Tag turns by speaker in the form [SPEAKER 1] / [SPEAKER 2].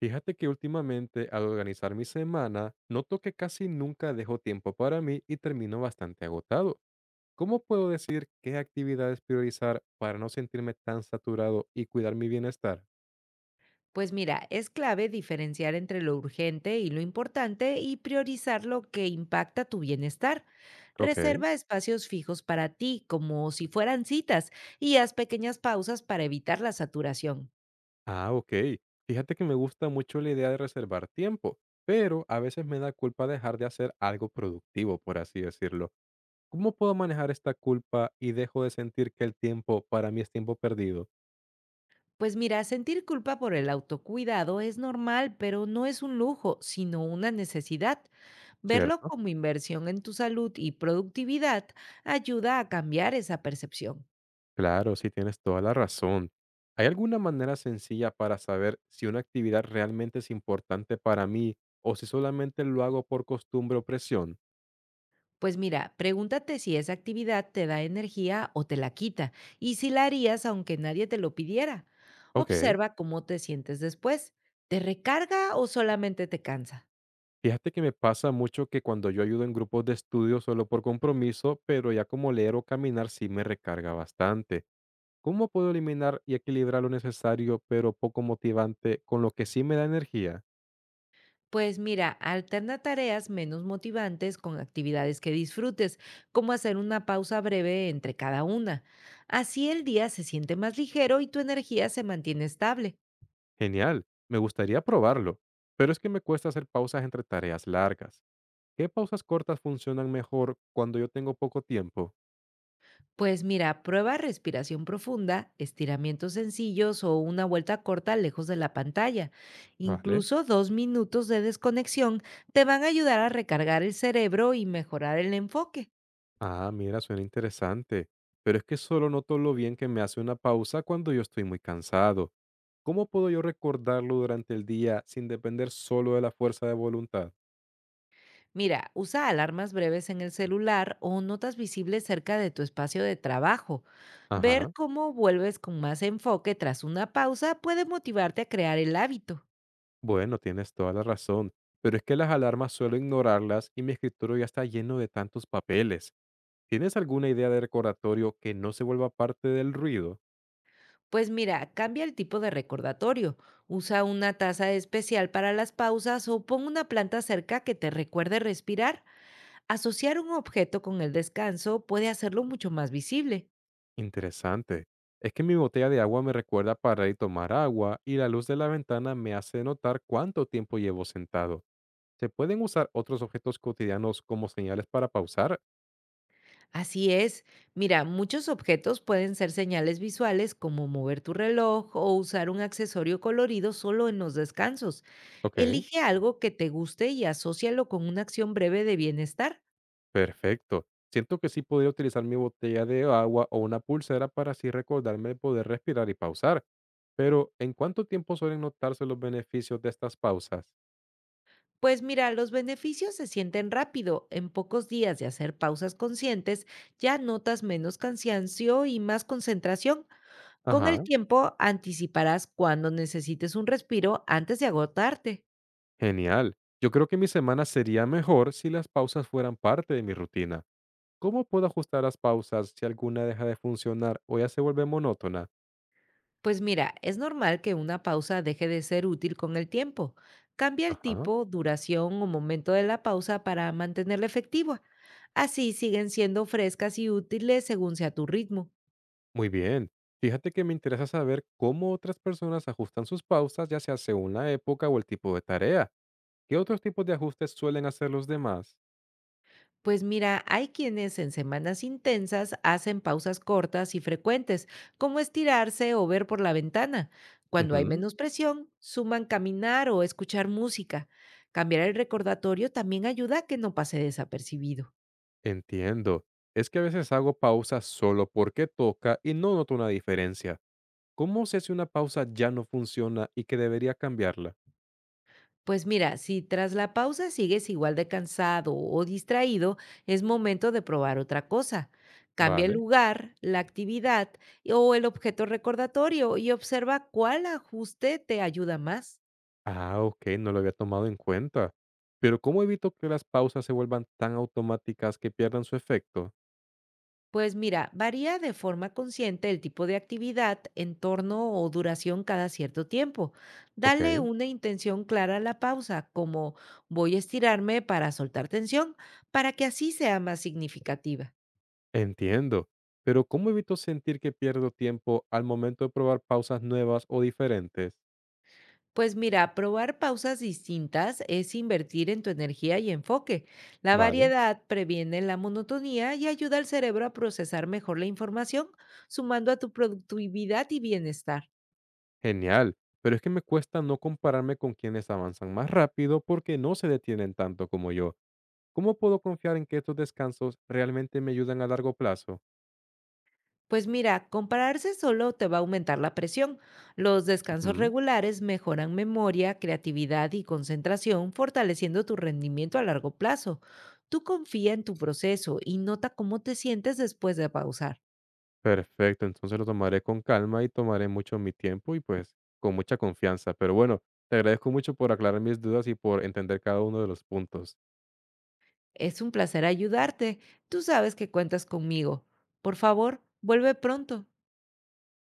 [SPEAKER 1] Fíjate que últimamente al organizar mi semana, noto que casi nunca dejo tiempo para mí y termino bastante agotado. ¿Cómo puedo decidir qué actividades priorizar para no sentirme tan saturado y cuidar mi bienestar?
[SPEAKER 2] Pues mira, es clave diferenciar entre lo urgente y lo importante y priorizar lo que impacta tu bienestar.
[SPEAKER 1] Ok.
[SPEAKER 2] Reserva espacios fijos para ti, como si fueran citas, y haz pequeñas pausas para evitar la saturación.
[SPEAKER 1] Ah, ok. Fíjate que me gusta mucho la idea de reservar tiempo, pero a veces me da culpa dejar de hacer algo productivo, por así decirlo. ¿Cómo puedo manejar esta culpa y dejo de sentir que el tiempo para mí es tiempo perdido?
[SPEAKER 2] Pues mira, sentir culpa por el autocuidado es normal, pero no es un lujo, sino una necesidad. Verlo
[SPEAKER 1] Cierto.
[SPEAKER 2] como inversión en tu salud y productividad ayuda a cambiar esa percepción.
[SPEAKER 1] Claro, sí, tienes toda la razón. ¿Hay alguna manera sencilla para saber si una actividad realmente es importante para mí o si solamente lo hago por costumbre o presión?
[SPEAKER 2] Pues mira, pregúntate si esa actividad te da energía o te la quita y si la harías aunque nadie te lo pidiera.
[SPEAKER 1] Ok.
[SPEAKER 2] Observa cómo te sientes después. ¿Te recarga o solamente te cansa?
[SPEAKER 1] Fíjate que me pasa mucho que cuando yo ayudo en grupos de estudio solo por compromiso, pero ya como leer o caminar sí me recarga bastante. ¿Cómo puedo eliminar y equilibrar lo necesario pero poco motivante con lo que sí me da energía?
[SPEAKER 2] Pues mira, alterna tareas menos motivantes con actividades que disfrutes, como hacer una pausa breve entre cada una. Así el día se siente más ligero y tu energía se mantiene estable.
[SPEAKER 1] Genial, me gustaría probarlo, pero es que me cuesta hacer pausas entre tareas largas. ¿Qué pausas cortas funcionan mejor cuando yo tengo poco tiempo?
[SPEAKER 2] Pues mira, prueba respiración profunda, estiramientos sencillos o una vuelta corta lejos de la pantalla.
[SPEAKER 1] Vale.
[SPEAKER 2] Incluso 2 minutos de desconexión te van a ayudar a recargar el cerebro y mejorar el enfoque.
[SPEAKER 1] Ah, mira, suena interesante. Pero es que solo noto lo bien que me hace una pausa cuando yo estoy muy cansado. ¿Cómo puedo yo recordarlo durante el día sin depender solo de la fuerza de voluntad?
[SPEAKER 2] Mira, usa alarmas breves en el celular o notas visibles cerca de tu espacio de trabajo. Ver
[SPEAKER 1] Ajá.
[SPEAKER 2] cómo vuelves con más enfoque tras una pausa puede motivarte a crear el hábito.
[SPEAKER 1] Bueno, tienes toda la razón. Pero es que las alarmas suelo ignorarlas y mi escritorio ya está lleno de tantos papeles. ¿Tienes alguna idea de recordatorio que no se vuelva parte del ruido?
[SPEAKER 2] Pues mira, cambia el tipo de recordatorio, usa una taza especial para las pausas o pon una planta cerca que te recuerde respirar. Asociar un objeto con el descanso puede hacerlo mucho más visible.
[SPEAKER 1] Interesante. Es que mi botella de agua me recuerda parar y tomar agua y la luz de la ventana me hace notar cuánto tiempo llevo sentado. ¿Se pueden usar otros objetos cotidianos como señales para pausar?
[SPEAKER 2] Así es, mira, muchos objetos pueden ser señales visuales como mover tu reloj o usar un accesorio colorido solo en los descansos.
[SPEAKER 1] Ok,
[SPEAKER 2] Elige algo que te guste y asócialo con una acción breve de bienestar.
[SPEAKER 1] perfecto. Siento que sí podría utilizar mi botella de agua o una pulsera para así recordarme de poder respirar y pausar. Pero, ¿en cuánto tiempo suelen notarse los beneficios de estas pausas?
[SPEAKER 2] Pues mira, los beneficios se sienten rápido. En pocos días de hacer pausas conscientes, ya notas menos cansancio y más concentración. Con el
[SPEAKER 1] Ajá,
[SPEAKER 2] tiempo, anticiparás cuando necesites un respiro antes de agotarte.
[SPEAKER 1] genial. Yo creo que mi semana sería mejor si las pausas fueran parte de mi rutina. ¿Cómo puedo ajustar las pausas si alguna deja de funcionar o ya se vuelve monótona?
[SPEAKER 2] Pues mira, es normal que una pausa deje de ser útil con el tiempo. Cambia el
[SPEAKER 1] Ajá.
[SPEAKER 2] tipo, duración o momento de la pausa para mantenerla efectiva. Así siguen siendo frescas y útiles según sea tu ritmo.
[SPEAKER 1] Muy bien. Fíjate que me interesa saber cómo otras personas ajustan sus pausas, ya sea según la época o el tipo de tarea. ¿Qué otros tipos de ajustes suelen hacer los demás?
[SPEAKER 2] Pues mira, hay quienes en semanas intensas hacen pausas cortas y frecuentes, como estirarse o ver por la ventana. Cuando hay
[SPEAKER 1] Ujú.
[SPEAKER 2] menos presión, suman caminar o escuchar música. Cambiar el recordatorio también ayuda a que no pase desapercibido.
[SPEAKER 1] Entiendo. Es que a veces hago pausas solo porque toca y no noto una diferencia. ¿Cómo sé si una pausa ya no funciona y que debería cambiarla?
[SPEAKER 2] Pues mira, si tras la pausa sigues igual de cansado o distraído, es momento de probar otra cosa. Cambia el
[SPEAKER 1] Vale.
[SPEAKER 2] lugar, la actividad o el objeto recordatorio y observa cuál ajuste te ayuda más.
[SPEAKER 1] Ah, ok, no lo había tomado en cuenta. Pero ¿cómo evito que las pausas se vuelvan tan automáticas que pierdan su efecto?
[SPEAKER 2] Pues mira, varía de forma consciente el tipo de actividad, entorno o duración cada cierto tiempo.
[SPEAKER 1] Ok,
[SPEAKER 2] Dale una intención clara a la pausa, como voy a estirarme para soltar tensión, para que así sea más significativa.
[SPEAKER 1] entiendo. Pero ¿cómo evito sentir que pierdo tiempo al momento de probar pausas nuevas o diferentes?
[SPEAKER 2] Pues mira, probar pausas distintas es invertir en tu energía y enfoque. La
[SPEAKER 1] Vale,
[SPEAKER 2] variedad previene la monotonía y ayuda al cerebro a procesar mejor la información, sumando a tu productividad y bienestar.
[SPEAKER 1] genial. Pero es que me cuesta no compararme con quienes avanzan más rápido porque no se detienen tanto como yo. ¿Cómo puedo confiar en que estos descansos realmente me ayudan a largo plazo?
[SPEAKER 2] Pues mira, compararse solo te va a aumentar la presión. Los descansos
[SPEAKER 1] Ujú.
[SPEAKER 2] regulares mejoran memoria, creatividad y concentración, fortaleciendo tu rendimiento a largo plazo. Tú confía en tu proceso y nota cómo te sientes después de pausar.
[SPEAKER 1] Perfecto, entonces lo tomaré con calma y tomaré mucho mi tiempo y pues con mucha confianza. Pero bueno, te agradezco mucho por aclarar mis dudas y por entender cada uno de los puntos.
[SPEAKER 2] Es un placer ayudarte. Tú sabes que cuentas conmigo. Por favor, vuelve pronto.